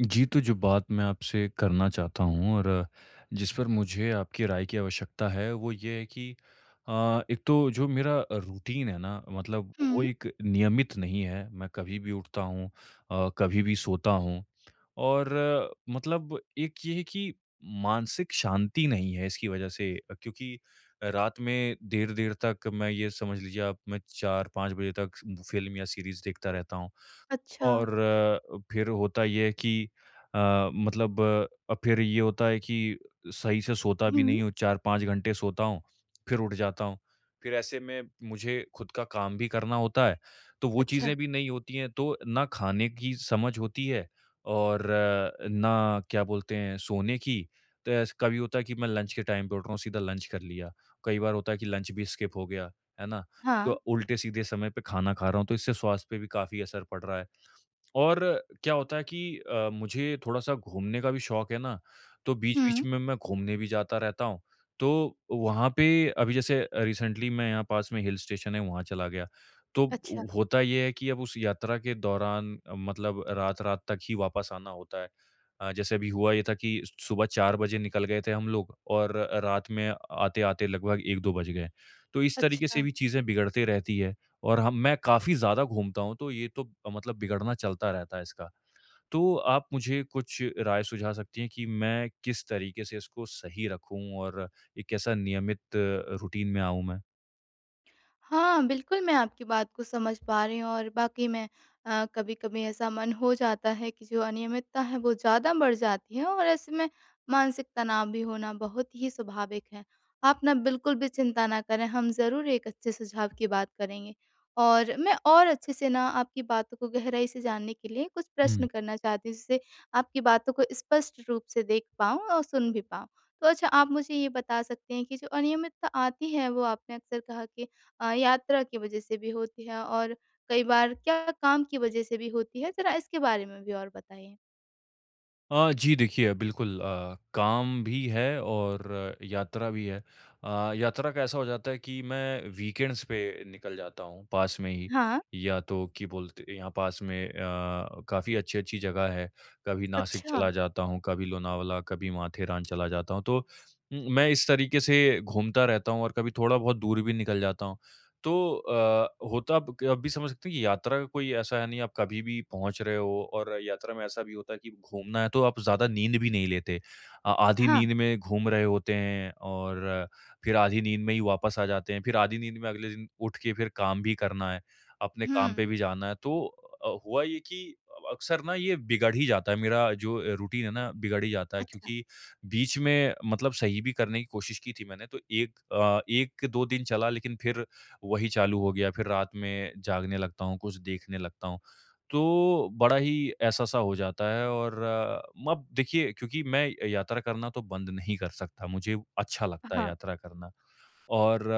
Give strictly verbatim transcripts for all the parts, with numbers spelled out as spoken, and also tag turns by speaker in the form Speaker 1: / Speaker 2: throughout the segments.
Speaker 1: जी, तो जो बात मैं आपसे करना चाहता हूँ और जिस पर मुझे आपकी राय की आवश्यकता है, वो ये है कि अ, एक तो जो मेरा रूटीन है ना, मतलब वो
Speaker 2: हुँ,
Speaker 1: एक नियमित नहीं है। मैं कभी भी उठता हूँ, अ, कभी भी सोता हूँ और अ, मतलब एक ये है कि मानसिक शांति नहीं है इसकी वजह से, अ, क्योंकि रात में देर-देर तक, मैं ये समझ लीजिए आप, मैं चार पाँच बजे तक फ़िल्म या सीरीज़ देखता रहता हूँ।
Speaker 2: अच्छा।
Speaker 1: और अ, फिर होता ये है कि अ, मतलब अ, फिर ये होता है कि सही से सोता भी
Speaker 2: हुँ,
Speaker 1: नहीं हूँ, चार पाँच घंटे सोता हूँ, फिर उठ जाता हूँ। फिर ऐसे में मुझे खुद का काम भी करना होता है, तो वो
Speaker 2: अच्छा।
Speaker 1: चीज़ें भी नहीं होती हैं, तो ना खाने की समझ होती है और अ, ना क्या बोलते हैं सोने की। तो ऐस कभी होता है कि मैं लंच के टाइम पे उठ रहा हूँ, सीधा लंच कर लिया। कई बार होता है कि लंच भी स्किप हो गया, है ना? क
Speaker 2: हाँ।
Speaker 1: उल्टे-सीधे समय पे खाना खा रहा हूँ, तो इससे स्वास्थ्य पे भी काफ़ी असर पड़ रहा है। और क्या होता है कि अ, मुझे थोड़ा-सा घूमने का भी शौक है ना, तो बीच-बीच
Speaker 2: हुँ,
Speaker 1: में मैं घूमने भी जाता रहता हूँ। तो वहाँ पे, अभी जैसे रिसेंटली, मैं यहाँ पास में हिल स्टेशन है, वहाँ चला गया। तो
Speaker 2: अच्छा,
Speaker 1: उ होता ये है कि अब उस यात्रा के दौरान, अ, मतलब रात-रात तक ही वापस आना होता है। अ, जैसे अभी हुआ ये था कि सुबह चार बजे निकल गए थे हम लोग और रात में आते-आते लगभग एक दो बज गए। तो इस तरीके से
Speaker 2: अच्छा।
Speaker 1: भी चीज़ें बिगड़ती रहती है। और हम, मैं काफ़ी ज़्यादा घूमता हूँ, तो ये तो मतलब बिगड़ना चलता रहता है इसका। तो आप मुझे कुछ राय सुझा सकती हैं कि मैं किस तरीके से इसको सही रखूँ और एक कैसा नियमित रूटीन में आऊँ मैं?
Speaker 2: हाँ, बिल्कुल, मैं आपकी बात को समझ पा रही हूँ और वाक़ई में अ, कभी-कभी ऐसा मन हो जाता है कि जो अनियमितता है वो ज़्यादा बढ़ जाती है और ऐसे में मानसिक तनाव भी होना बहुत ही स्वाभाविक है। आप ना बिल्कुल भी चिंता ना करें, हम ज़रूर एक अच्छे सुझाव की बात करेंगे। और मैं और अच्छे से ना आपकी बातों को गहराई से जानने के लिए कुछ प्रश्न करना चाहती हूँ, जिससे आपकी बातों को स्पष्ट रूप से देख पाऊँ और सुन भी पाऊँ। तो अच्छा आप मुझे ये बता सकते हैं कि जो अनियमितता आती है वो आपने अक्सर कहा कि अ, यात्रा की वजह से भी होती है और कई बार क्या काम की वजह से भी होती है? ज़रा इसके बारे में भी और बताइए।
Speaker 1: अ, जी देखिए, बिल्कुल, अ, काम भी है और आ, यात्रा भी है। अ, यात्रा का ऐसा हो जाता है कि मैं वीकेंड्स पे निकल जाता हूँ पास में ही।
Speaker 2: हाँ।
Speaker 1: या तो कि बोलते, यहाँ पास में अ, काफ़ी अच्छी-अच्छी जगह है। कभी नासिक
Speaker 2: अच्छा।
Speaker 1: चला जाता हूँ, कभी लोनावला, कभी माथेरान चला जाता हूँ। तो उम, मैं इस तरीके से घूमता रहता हूँ और कभी थोड़ा बहुत दूर भी निकल जाता हूँ। तो अ, होता अब आप भी समझ सकते हैं कि यात्रा का कोई ऐसा है नहीं, आप कभी भी पहुँच रहे हो, और यात्रा में ऐसा भी होता है कि घूमना है तो आप ज़्यादा नींद भी नहीं लेते। अ, आधी
Speaker 2: हाँ।
Speaker 1: नींद में घूम रहे होते हैं और फिर आधी नींद में ही वापस आ जाते हैं। फिर आधी नींद में अगले दिन उठ के फिर काम भी करना है, अपने काम पे
Speaker 2: हुँ।
Speaker 1: भी जाना है। तो अ, हुआ ये कि अक्सर ना ये बिगड़ ही जाता है, मेरा जो रूटीन है ना बिगड़ ही जाता है,
Speaker 2: अच्छा।
Speaker 1: क्योंकि बीच में मतलब सही भी करने की कोशिश की थी मैंने, तो 1 अ, एक दो दिन चला लेकिन फिर वही चालू हो गया, फिर रात में जागने लगता हूँ, कुछ देखने लगता हूँ। तो बड़ा ही ऐसा-सा हो जाता है। और अ, अब देखिए, क्योंकि मैं यात्रा करना तो बंद नहीं कर सकता, मुझे अच्छा लगता है
Speaker 2: हाँ।
Speaker 1: यात्रा करना। और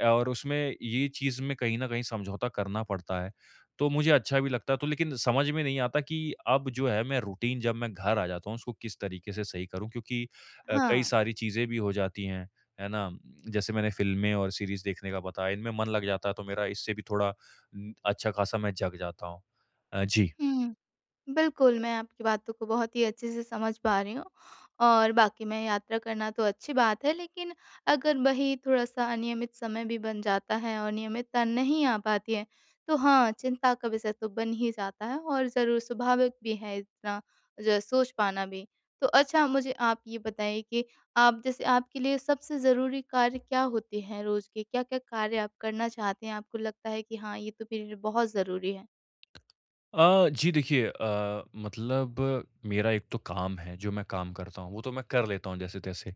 Speaker 1: अ, और उसमें ये चीज़ में कहीं न कहीं समझौता करना पड़ता है। तो मुझे अच्छा भी लगता है तो, लेकिन समझ में नहीं आता कि अब जो है, मैं रूटीन, जब मैं घर आ जाता हूँ उसको किस तरीके से सही करूँ, क्योंकि अ, कई
Speaker 2: हाँ।
Speaker 1: सारी चीज़ें भी हो जाती हैं, है ना? जैसे मैंने फ़िल्में और सीरीज़ देखने का बताया, इनमें मन लग जाता है तो मेरा इससे भी थोड़ा, उम, अच्छा-खासा मैं जग जाता हूँ। अ, जी।
Speaker 2: हुँ। बिल्कुल, मैं आपकी बातों को बहुत ही अच्छे से समझ पा रही हूँ और वाक़ई में यात्रा करना तो अच्छी बात है, लेकिन अगर वही थोड़ा-सा अनियमित समय भी बन जाता है और नियमितता नहीं आ पाती है, तो हाँ, चिंता का विषय तो बन ही जाता है और ज़रूर स्वाभाविक भी है इतना जो सोच पाना भी। तो अच्छा मुझे आप ये बताइए कि आप जैसे आपके लिए सबसे ज़रूरी कार्य क्या होते हैं रोज़ के? क्या-क्या कार्य आप करना चाहते हैं, आपको लगता है कि हाँ, ये तो मेरे लिए बहुत ज़रूरी है?
Speaker 1: अ, जी देखिए, अ, मतलब मेरा एक तो काम है जो मैं काम करता हूँ, वो तो मैं कर लेता हूँ जैसे-तैसे।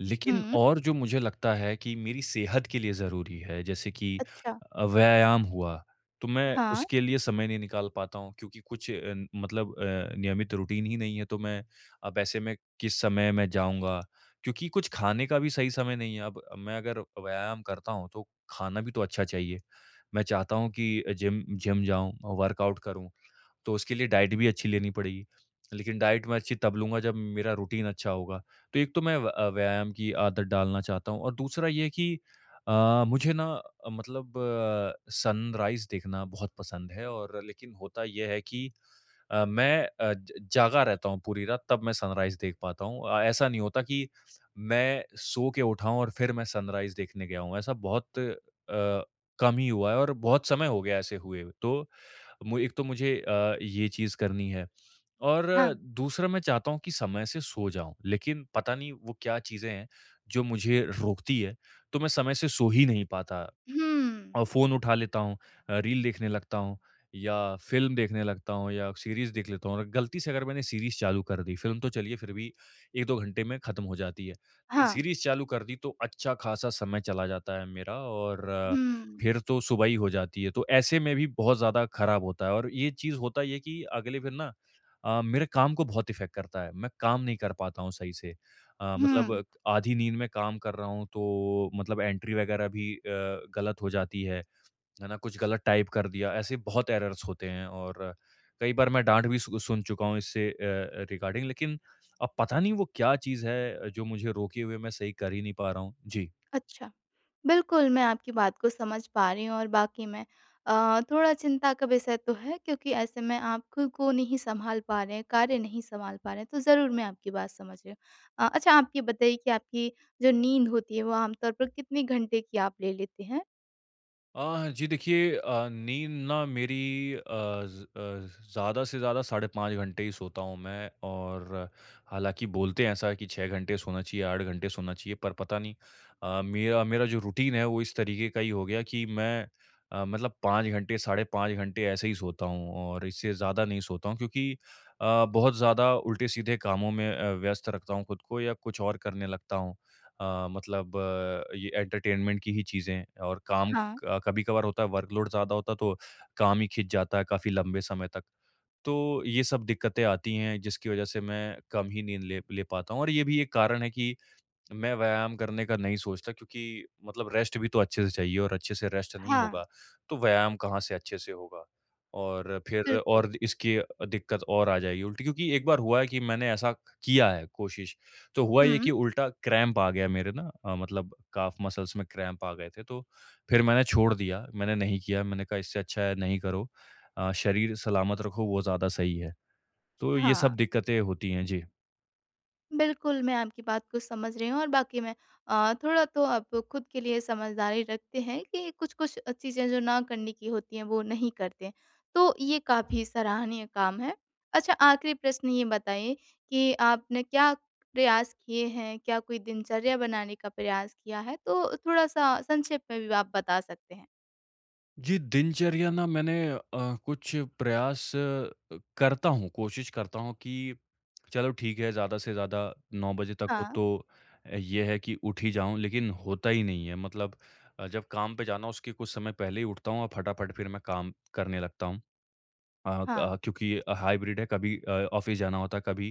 Speaker 1: लेकिन
Speaker 2: हुँ।
Speaker 1: और जो मुझे लगता है कि मेरी सेहत के लिए ज़रूरी है, जैसे कि
Speaker 2: अच्छा।
Speaker 1: अ, व्यायाम हुआ, तो मैं
Speaker 2: हाँ।
Speaker 1: उसके लिए समय नहीं निकाल पाता हूँ क्योंकि कुछ अ, न- मतलब अ, नियमित रूटीन ही नहीं है, तो मैं अब ऐसे में किस समय मैं जाऊँगा? क्योंकि कुछ खाने का भी सही समय नहीं है। अब मैं अगर व्यायाम करता हूँ तो खाना भी तो अच्छा चाहिए। मैं चाहता हूँ कि जिम जिम जाऊँ, वर्कआउट करूँ, तो उसके लिए डाइट भी अच्छी लेनी पड़ेगी। लेकिन डाइट मैं अच्छी तब लूँगा जब मेरा रूटीन अच्छा होगा। तो एक तो मैं व अ, व्यायाम की आदत डालना चाहता हूँ और दूसरा ये है कि अ, मुझे ना अ, मतलब अ, सनराइज़ देखना बहुत पसंद है और, लेकिन होता ये है कि अ, मैं अ, ज जागा रहता हूँ पूरी रात, तब मैं सनराइज़ देख पाता हूँ। अ, ऐसा नहीं होता कि मैं सो के उठा हूँ और फिर मैं सनराइज़ देखने गया हूँ। ऐसा बहुत अ, कम ही हुआ है और बहुत समय हो गया ऐसे हुए। तो मु एक तो मुझे अ, ये चीज़ करनी है और अ,
Speaker 2: हाँ।
Speaker 1: दूसरा मैं चाहता हूँ कि समय से सो जाऊँ, लेकिन पता नहीं वो क्या चीज़ें हैं, जो मुझे रोकती है, तो मैं समय से सो ही नहीं पाता।
Speaker 2: हुँ।
Speaker 1: और फ़ोन उठा लेता हूँ, अ, रील देखने लगता हूँ या फ़िल्म देखने लगता हूँ या सीरीज़ देख लेता हूँ, और गलती से अगर मैंने सीरीज़ चालू कर दी, फ़िल्म तो चलिए फिर भी एक दो घंटे में ख़त्म हो जाती है। लेकिन
Speaker 2: हाँ।
Speaker 1: सीरीज़ चालू कर दी तो अच्छा ख़ासा समय चला जाता है मेरा, और अ,
Speaker 2: हुँ।
Speaker 1: फिर तो सुबह ही हो जाती है। तो ऐसे में भी बहुत ज़्यादा ख़राब होता है, और ये चीज़, होता ये है कि अगले दिन ना अ, मेरे काम को बहुत इफ़ेक्ट करता है। मैं काम नहीं कर पाता हूँ सही से। अ, मतलब
Speaker 2: हुँ,
Speaker 1: आधी नींद में काम कर रहा हूँ, तो मतलब एंट्री वग़ैरह भी अ, गलत हो जाती है। है ना, कुछ गलत टाइप कर दिया, ऐसे बहुत एरर्स होते हैं। और कई बार मैं डाँट भी सु सुन चुका हूँ इससे, अ, रिगार्डिंग, लेकिन अब पता नहीं वो क्या चीज़ है, जो मुझे रोके हुए मैं सही कर ही नहीं पा रहा हूँ? जी।
Speaker 2: अच्छा। बिल्कुल, मैं आपकी बात को समझ पा रही हूँ और वाक़ई में अ, थोड़ा चिंता का विषय तो है क्योंकि ऐसे में आप खुद को नहीं सँभाल पा रहे हैं, कार्य नहीं सँभाल पा रहे हैं, तो ज़रूर मैं आपकी बात समझ रही हूँ। अ, अच्छा आप ये बताइए कि आपकी जो नींद होती है, वो आमतौर पर कितने घंटे की आप ले लेते हैं?
Speaker 1: अ, जी देखिए, अ, नींद ना मेरी अ, ज- अ, ज़्यादा से ज़्यादा साढ़े पाँच घंटे ही सोता हूँ मैं। और हालांकि बोलते हैं ऐसा कि छः घंटे सोना चाहिए, आठ घंटे सोना चाहिए, पर पता नहीं अ, मेरा मेरा जो रूटीन है वो इस तरीके का ही हो गया कि मैं अ, मतलब पाँच घंटे, साढ़े पाँच घंटे ऐसे ही सोता हूँ और इससे ज़्यादा नहीं सोता हूँ, क्योंकि अ, बहुत ज़्यादा उल्टे सीधे कामों में अ, व्यस्त रखता हूँ खुद को, या कुछ और करने लगता हूँ, अ, मतलब अ, ये एंटरटेनमेंट की ही चीज़ें और काम।
Speaker 2: हाँ।
Speaker 1: अ, कभी-कभार होता है वर्कलोड ज़्यादा होता है, तो काम ही खिंच जाता है काफ़ी लंबे समय तक। तो ये सब दिक्कतें आती हैं जिसकी वज़ह से मैं कम ही नींद ले ले पाता हूँ, और ये भी एक कारण है कि मैं व्यायाम करने का नहीं सोचता, क्योंकि मतलब रेस्ट भी तो अच्छे से चाहिए, और अच्छे से रेस्ट नहीं
Speaker 2: हाँ,
Speaker 1: होगा तो व्यायाम कहाँ से अच्छे से होगा, और फिर
Speaker 2: बिल्कुल।
Speaker 1: और इसकी दिक्कत और आ जाएगी उल्टी, क्योंकि एक बार हुआ है कि मैंने ऐसा किया है कोशिश, तो हुआ ये
Speaker 2: हुँ,
Speaker 1: कि उल्टा क्रैम्प आ गया मेरे ना, अ, मतलब काफ मसल्स में क्रैम्प आ गए थे। तो फिर मैंने छोड़ दिया, मैंने नहीं किया, मैंने कहा इससे अच्छा है नहीं करो, अ, शरीर सलामत रखो वो ज़्यादा सही है। तो ये सब
Speaker 2: हाँ।
Speaker 1: दिक्कतें होती हैं जी।
Speaker 2: बिल्कुल, मैं आपकी बात को समझ रही हूँ और बाकी मैं अ, थोड़ा तो आप खुद के लिए समझदारी रखते हैं कि कुछ-कुछ चीज़ें जो ना करने की होती हैं, वो नहीं करते। तो ये काफ़ी सराहनीय काम है। अच्छा आखिरी प्रश्न ये बताइए कि आपने क्या प्रयास किए हैं? क्या कोई दिनचर्या बनाने का प्रयास किया है? तो थोड़ा-सा संक्षेप में भी आप बता सकते हैं।
Speaker 1: जी, दिनचर्या ना मैंने अ, कुछ प्रयास अ, करता हूँ, कोशिश करता हूँ कि चलो ठीक है, ज़्यादा से ज़्यादा नौ बजे तक हो
Speaker 2: हाँ,
Speaker 1: तो अ, ये है कि उठ ही जाऊँ, लेकिन होता ही नहीं है। मतलब अ, जब काम पे जाना, उसके कुछ समय पहले ही उठता हूँ और फटाफट फिर मैं काम करने लगता हूँ। अ, क
Speaker 2: हाँ,
Speaker 1: आ, क्योंकि अ, हाइब्रिड है, कभी अ, ऑफ़िस जाना होता है, कभी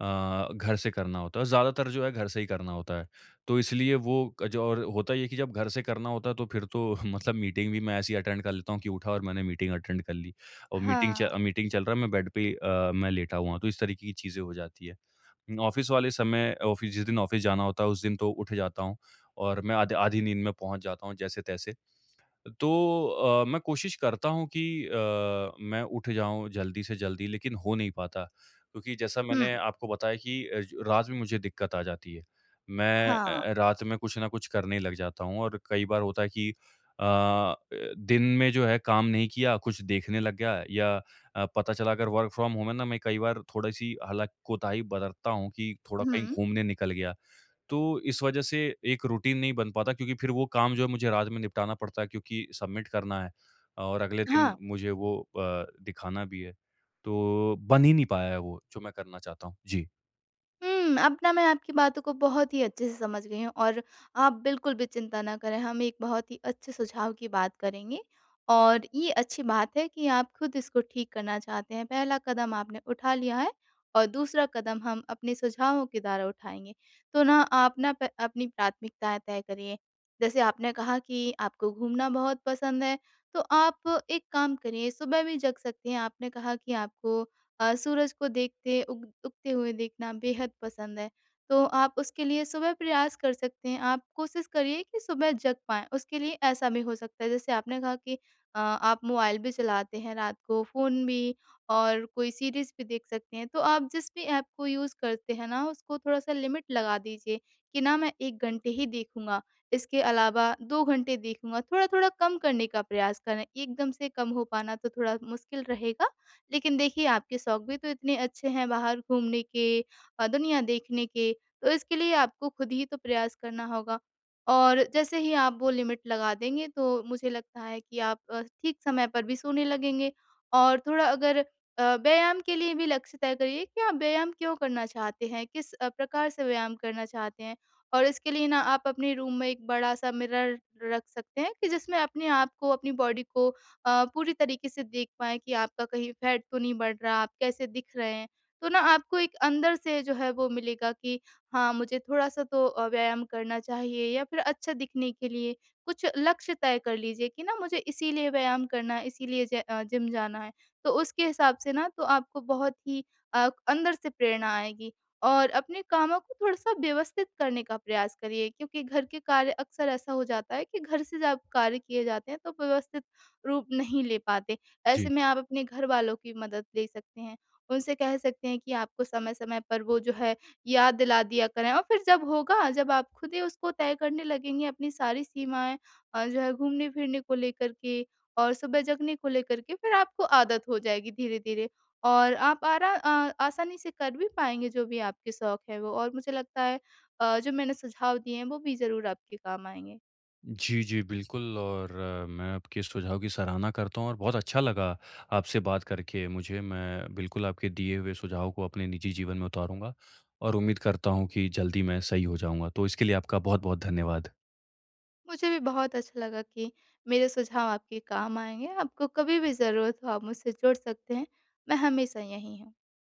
Speaker 1: अ, घर से करना होता है। ज़्यादातर जो है घर से ही करना होता है। तो इसलिए वो क जो और होता ये है कि जब घर से करना होता है तो फिर तो मतलब मीटिंग भी मैं ऐसी अटेंड कर लेता हूँ कि उठा और मैंने मीटिंग अटेंड कर ली, और मीटिंग
Speaker 2: हाँ,
Speaker 1: च मीटिंग चल रहा है, मैं बेड पे ही अ, मैं लेटा हुआ हूँ। तो इस तरीके की चीज़ें हो जाती है। ऑफ़िस वाले समय, ऑफ़िस जिस दिन ऑफ़िस जाना होता है उस दिन तो उठ जाता हूँ, और मैं आध आधी नींद में पहुँच जाता हूँ जैसे-तैसे। तो अ, मैं कोशिश करता हूँ कि अ, मैं उठ जाऊँ जल्दी से जल्दी, लेकिन हो नहीं पाता, क्योंकि जैसा
Speaker 2: हुँ,
Speaker 1: मैंने आपको बताया कि अ, ज रात में मुझे दिक्कत आ जाती है। मैं
Speaker 2: हाँ,
Speaker 1: अ अ, रात में कुछ ना कुछ करने लग जाता हूँ, और कई बार होता है कि अ अ, दिन में जो है काम नहीं किया, कुछ देखने लग गया, या अ, पता चला अगर वर्क फ्रॉम होम है ना, मैं कई बार थोड़ी-सी हालाँकि कोताही बरतता हूँ कि थोड़ा कहीं
Speaker 2: हुँ,
Speaker 1: घूमने निकल गया। तो इस वजह से एक रूटीन नहीं बन पाता, क्योंकि फिर वो काम जो है मुझे रात में निपटाना पड़ता है, क्योंकि सबमिट करना है और अगले दिन
Speaker 2: हाँ।
Speaker 1: मुझे वो अ, दिखाना भी है। तो बन ही नहीं पाया है वो जो मैं करना चाहता हूँ। जी।
Speaker 2: हुँ, अब ना मैं आपकी बातों को बहुत ही अच्छे से समझ गई हूँ और आप बिल्कुल भी चिंता ना करें, हम एक बहुत ही अच्छे सुझाव की बात करेंगे। और ये अच्छी बात है कि आप खुद इसको ठीक करना चाहते हैं, पहला कदम आपने उठा लिया है और दूसरा कदम हम अपने सुझावों के द्वारा उठाएँगे। तो ना आप ना प अपनी प्राथमिकताएँ तय करिए, जैसे आपने कहा कि आपको घूमना बहुत पसंद है, तो आप एक काम करिए, सुबह भी जग सकती हैं, आपने कहा कि आपको अ, सूरज को देखते उग उगते हुए देखना बेहद पसंद है। तो आप उसके लिए सुबह प्रयास कर सकते हैं। आप कोशिश करिए कि सुबह जग पाएँ, उसके लिए ऐसा भी हो सकता है जैसे आपने कहा कि अ, आप मोबाइल भी चलाते हैं रात को, फ़ोन भी और कोई सीरीज़ भी देख सकते हैं। तो आप जिस भी ऐप को यूज़ करते हैं ना, उसको थोड़ा-सा लिमिट लगा दीजिए कि ना मैं एक घंटे ही देखूँगा, इसके अलावा दो घंटे देखूँगा। थोड़ा-थोड़ा कम करने का प्रयास करें, एकदम से कम हो पाना तो थोड़ा मुश्किल रहेगा। लेकिन देखिए आपके शौक भी तो इतने अच्छे हैं बाहर घूमने के अ, दुनिया देखने के, तो इसके लिए आपको खुद ही तो प्रयास करना होगा। और जैसे ही आप वो लिमिट लगा देंगे तो मुझे लगता है कि आप अ, ठीक समय पर भी सोने लगेंगे और थोड़ा अगर अ, व्यायाम के लिए भी लक्ष्य तय करिए कि आप व्यायाम क्यों करना चाहते हैं, किस अ, प्रकार से व्यायाम करना चाहते हैं। और इसके लिए ना आप अपने रूम में एक बड़ा-सा मिरर रख सकते हैं कि जिसमें अपने आप को, अपनी बॉडी को अ, पूरी तरीके से देख पाएँ कि आपका कहीं फैट तो नहीं बढ़ रहा, आप कैसे दिख रहे हैं। तो ना आपको एक अंदर से जो है वो मिलेगा कि हाँ, मुझे थोड़ा-सा तो अ, व्यायाम करना चाहिए या फिर अच्छा दिखने के लिए कुछ लक्ष्य तय कर लीजिए कि ना मुझे इसीलिए व्यायाम करना है, इसीलिए ज अ, जिम जाना है। तो उसके हिसाब से ना तो आपको बहुत ही अ, अंदर से प्रेरणा आएगी। और अपने कामों को थोड़ा-सा व्यवस्थित करने का प्रयास करिए क्योंकि घर के कार्य अक्सर ऐसा हो जाता है कि घर से जब कार्य किए जाते हैं तो व्यवस्थित रूप नहीं ले पाते। ऐसे
Speaker 1: जी।
Speaker 2: में आप अपने घरवालों की मदद ले सकते हैं। उनसे कह सकते हैं कि आपको समय-समय पर वो जो है याद दिला दिया करें और फिर जब होगा, जब आप खुद ही उसको तय करने लगेंगे अपनी सारी सीमाएँ अ, जो है घूमने-फिरने को लेकर के और सुबह जगने को लेकर के फिर आपको आदत हो जाएगी धीरे-धीरे और आप आरा अ, आसानी से कर भी पाएँगे जो भी आपके शौक है वो और मुझे लगता है अ, जो मैंने सुझाव दिए हैं वो भी ज़रूर आपके काम आएँगे।
Speaker 1: जी, जी, बिल्कुल। और अ, मैं आपके इस सुझाव की सराहना करता हूँ और बहुत अच्छा लगा आपसे बात करके मुझे। मैं बिल्कुल आपके दिए हुए सुझाव को अपने निजी जीवन में उतारूँगा और उम्मीद करता हूँ कि जल्दी मैं सही हो जाऊँगा। तो इसके लिए आपका बहुत-बहुत धन्यवाद।
Speaker 2: मुझे भी बहुत अच्छा लगा कि मेरे सुझाव आपके काम आएँगे। आपको कभी भी ज़रूरत हो आप मुझसे जुड़ सकते हैं। मैं हमेशा यहीं हूँ।